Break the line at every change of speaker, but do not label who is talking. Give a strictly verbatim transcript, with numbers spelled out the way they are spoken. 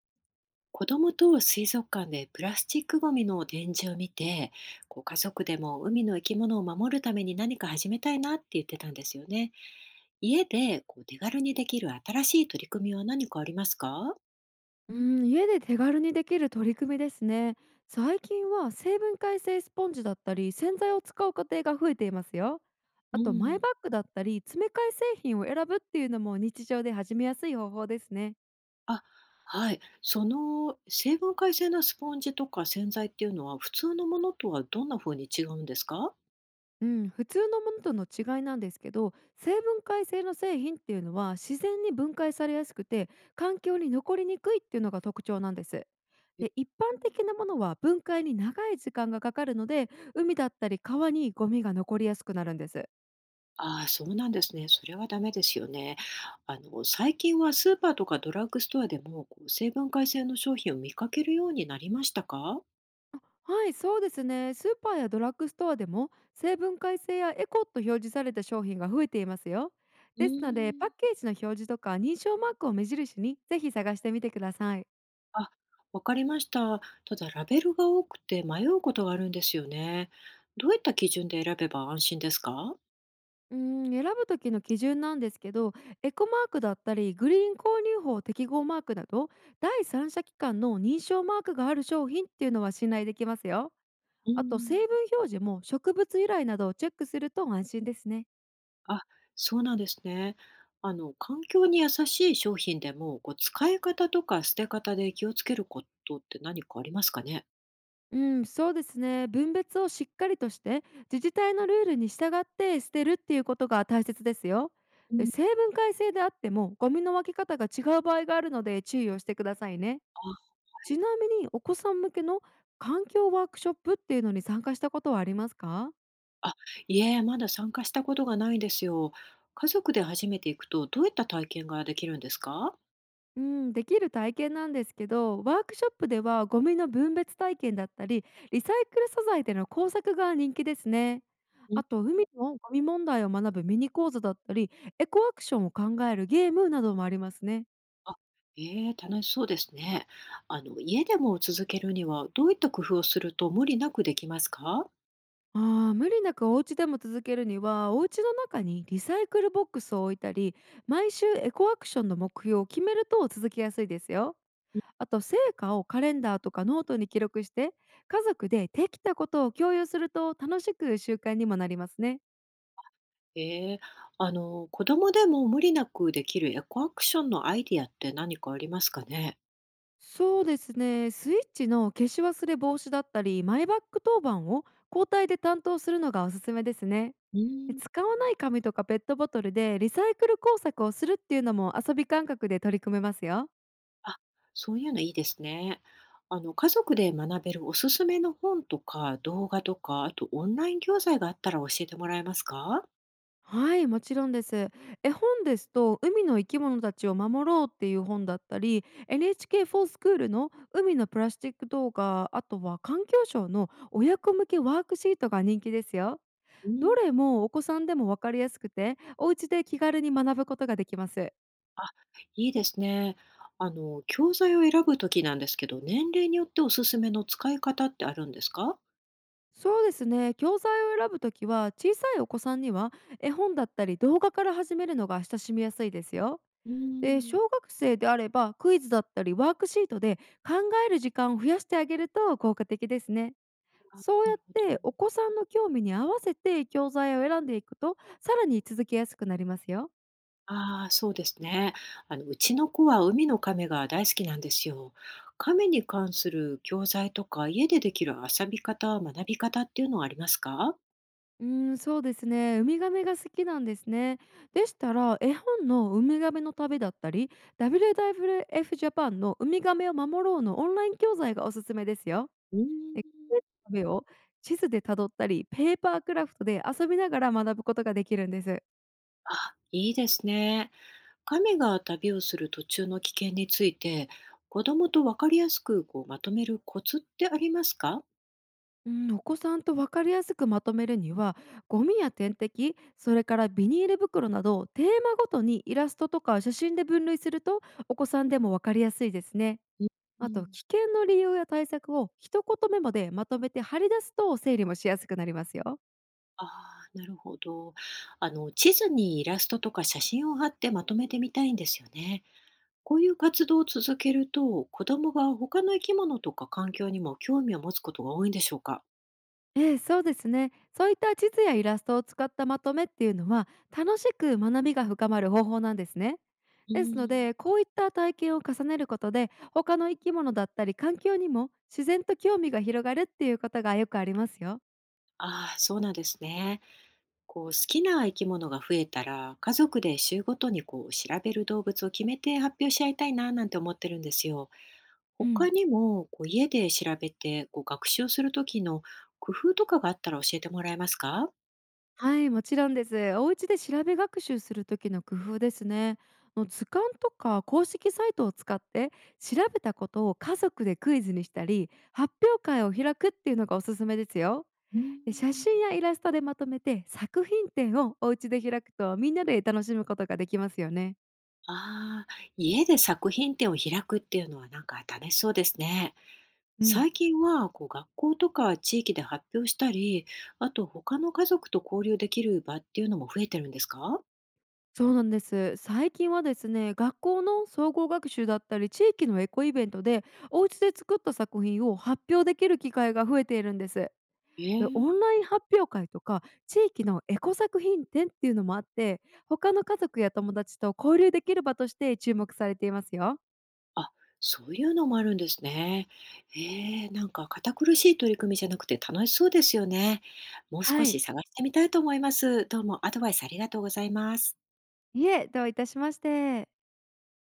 子供と水族館でプラスチックごみの展示を見て、こう家族でも海の生き物を守るために何か始めたいなって言ってたんですよね。家でこう手軽にできる新しい取り組みは何かありますか？
うん、家で手軽にできる取り組みですね。最近は成分解性スポンジだったり洗剤を使う家庭が増えていますよ。
う
あとマイ
ん。
バッグだったり詰め替え製品を選ぶっていうのも日常で始めやすい方法ですね。
あ、はい。その成分解性のスポンジとか洗剤っていうのは普通のものとはどんな風に違うんですか？
うん、普通のものとの違いなんですけど、成分解性の製品っていうのは自然に分解されやすくて環境に残りにくいっていうのが特徴なんです。
え。
で、一
う
般
ん。
的なものは分解に長い時間がかかるので海だったり川にゴミが残りやすくなるんです。
ああ、そうなんですね。それはダメですよね。あの、最近はスーパーとかドラッグストアでも、こう成分解性の商品を見かけるようになりましたか？
はい、そうですね。スーパーやドラッグストアでも成分改正やエコと表示された商品が増えていますよ。
うー
ですので、パッ
ん。
ケージの表示とか認証マークを目印にぜひ探してみてください。
あ、わかりました。ただ、ラベルが多くて迷うことがあるんですよね。どういった基準で選べば安心ですか？
うん、選ぶ時の基準なんですけど、エコマークだったり、グリーン購入法適合マークなど、第三者機関の認証マークがある商品っていうのは信頼できますよ。
う
あと、
ー
成
ん。
分表示も植物由来などをチェックすると安心ですね。
あ、そうなんですね。あの、環境に優しい商品でも、こう使い方とか捨て方で気をつけることって何かありますかね？
うん、そうですね。分別をしっかりとして自治体のルールに従って捨てるっていうことが大切ですよ。
う
え
ん。
成分改正であってもゴミの分け方が違う場合があるので注意をしてくださいね。
あは
ち
い。
なみにお子さん向けの環境ワークショップっていうのに参加したことはありますか？
あ、いえ、まだ参加したことがないんですよ。家族で初めて行くと、どういった体験ができるんですか？
うん、できる体験なんですけど、ワークショップではゴミの分別体験だったりリサイクル素材での工作が人気ですね。
うん。
あと海のゴミ問題を学ぶミニ講座だったりエコアクションを考えるゲームなどもありますね。
あ、ええ、楽しそうですね。あの、家でも続けるには、どういった工夫をすると無理なくできますか？
あー無理なくお家でも続けるにはお家の中にリサイクルボックスを置いたり毎週エコアクションの目標を決めると続きやすいですよ。あと成果をカレンダーとかノートに記録して家族でできたことを共有すると楽しく習慣にもなりますね。
ええ、あの、子供でも無理なくできるエコアクションのアイディアって何かありますかね？
そうですね、スイッチの消し忘れ防止だったりマイバッグ当番を交代で担当するのがおすすめですね。
う
で、
ん。
使わない紙とかペットボトルでリサイクル工作をするっていうのも遊び感覚で取り組めますよ。
あ、そういうのいいですね。あの、家族で学べるおすすめの本とか動画とか、あとオンライン教材があったら教えてもらえますか？
はい、もちろんです。絵本ですと海の生き物たちを守ろうっていう本だったり エヌエイチケー フォースクールの海のプラスチック動画、あとは環境省の親子向けワークシートが人気ですよ。
う
ど
ん、
れもお子さんでもわかりやすくてお家で気軽に学ぶことができます。
あ、いいですね。あの、教材を選ぶときなんですけど、年齢によっておすすめの使い方ってあるんですか？
そうですね、教材を選ぶときは小さいお子さんには絵本だったり動画から始めるのが親しみやすいですよ。
うー
で、
ん。
小学生であればクイズだったりワークシートで考える時間を増やしてあげると効果的ですね。
あ、
そう
な
やっ
るほど。
てお子さんの興味に合わせて教材を選んでいくとさらに続けやすくなりますよ。
ああ、そうですね。あの、うちの子は海の亀が大好きなんですよ。亀に関する教材とか、家でできる遊び方、学び方っていうのはありますか？
うーん、そうですね。ウミガメが好きなんですね。でしたら絵本の「ウミガメの旅」だったり ダブリューダブリューエフ ジャパンの「ウミガメを守ろう」のオンライン教材がおすすめですよ。
うーん。
で、旅を地図でたどったりペーパークラフトで遊びながら学ぶことができるんです。
あ、いいですね。亀が旅をする途中の危険について、子供と分かりやすくこうまとめるコツってありますか？
うん、お子さんと分かりやすくまとめるにはゴミや点滴、それからビニール袋などテーマごとにイラストとか写真で分類するとお子さんでも分かりやすいですね。
うん。う
あと
ん。
危険の理由や対策を一言メモでまとめて貼り出すと整理もしやすくなりますよ。
ああ、なるほど。あの、地図にイラストとか写真を貼ってまとめてみたいんですよね。こういう活動を続けると、子供が他の生き物とか環境にも興味を持つことが多いんでしょうか？
ええ、そうですね。そういった地図やイラストを使ったまとめっていうのは楽しく学びが深まる方法なんですね。
う
ですの
ん。
で、こういった体験を重ねることで他の生き物だったり環境にも自然と興味が広がるっていうことがよくありますよ。
ああ、そうなんですね。こう好きな生き物が増えたら家族で週ごとにこう調べる動物を決めて発表し合いたいななんて思ってるんですよ。
うん。
他にもこう家で調べてこう学習する時の工夫とかがあったら教えてもらえますか？
はい、もちろんです。お家で調べ学習する時の工夫ですね。もう図鑑とか公式サイトを使って調べたことを家族でクイズにしたり発表会を開くっていうのがおすすめですよ。
うーん。
で、写真やイラストでまとめて作品展をお家で開くとみんなで楽しむことができますよね。
ああー、家で作品展を開くっていうのはなんか楽しそうですね。
うん。
最近はこう学校とか地域で発表したり、あと他の家族と交流できる場っていうのも増えてるんですか？
そうなんです。最近はですね、学校の総合学習だったり地域のエコイベントでお家で作った作品を発表できる機会が増えているんです。
え
で、オン
え。
ライン発表会とか地域のエコ作品展っていうのもあって他の家族や友達と交流できる場として注目されていますよ。
あ、そういうのもあるんですね。ええ、なんか堅苦しい取り組みじゃなくて楽しそうですよね。もう
は
少し
い、
探してみたいと思います。どうもアドバイスありがとうございます。
いえ、どういたしまして。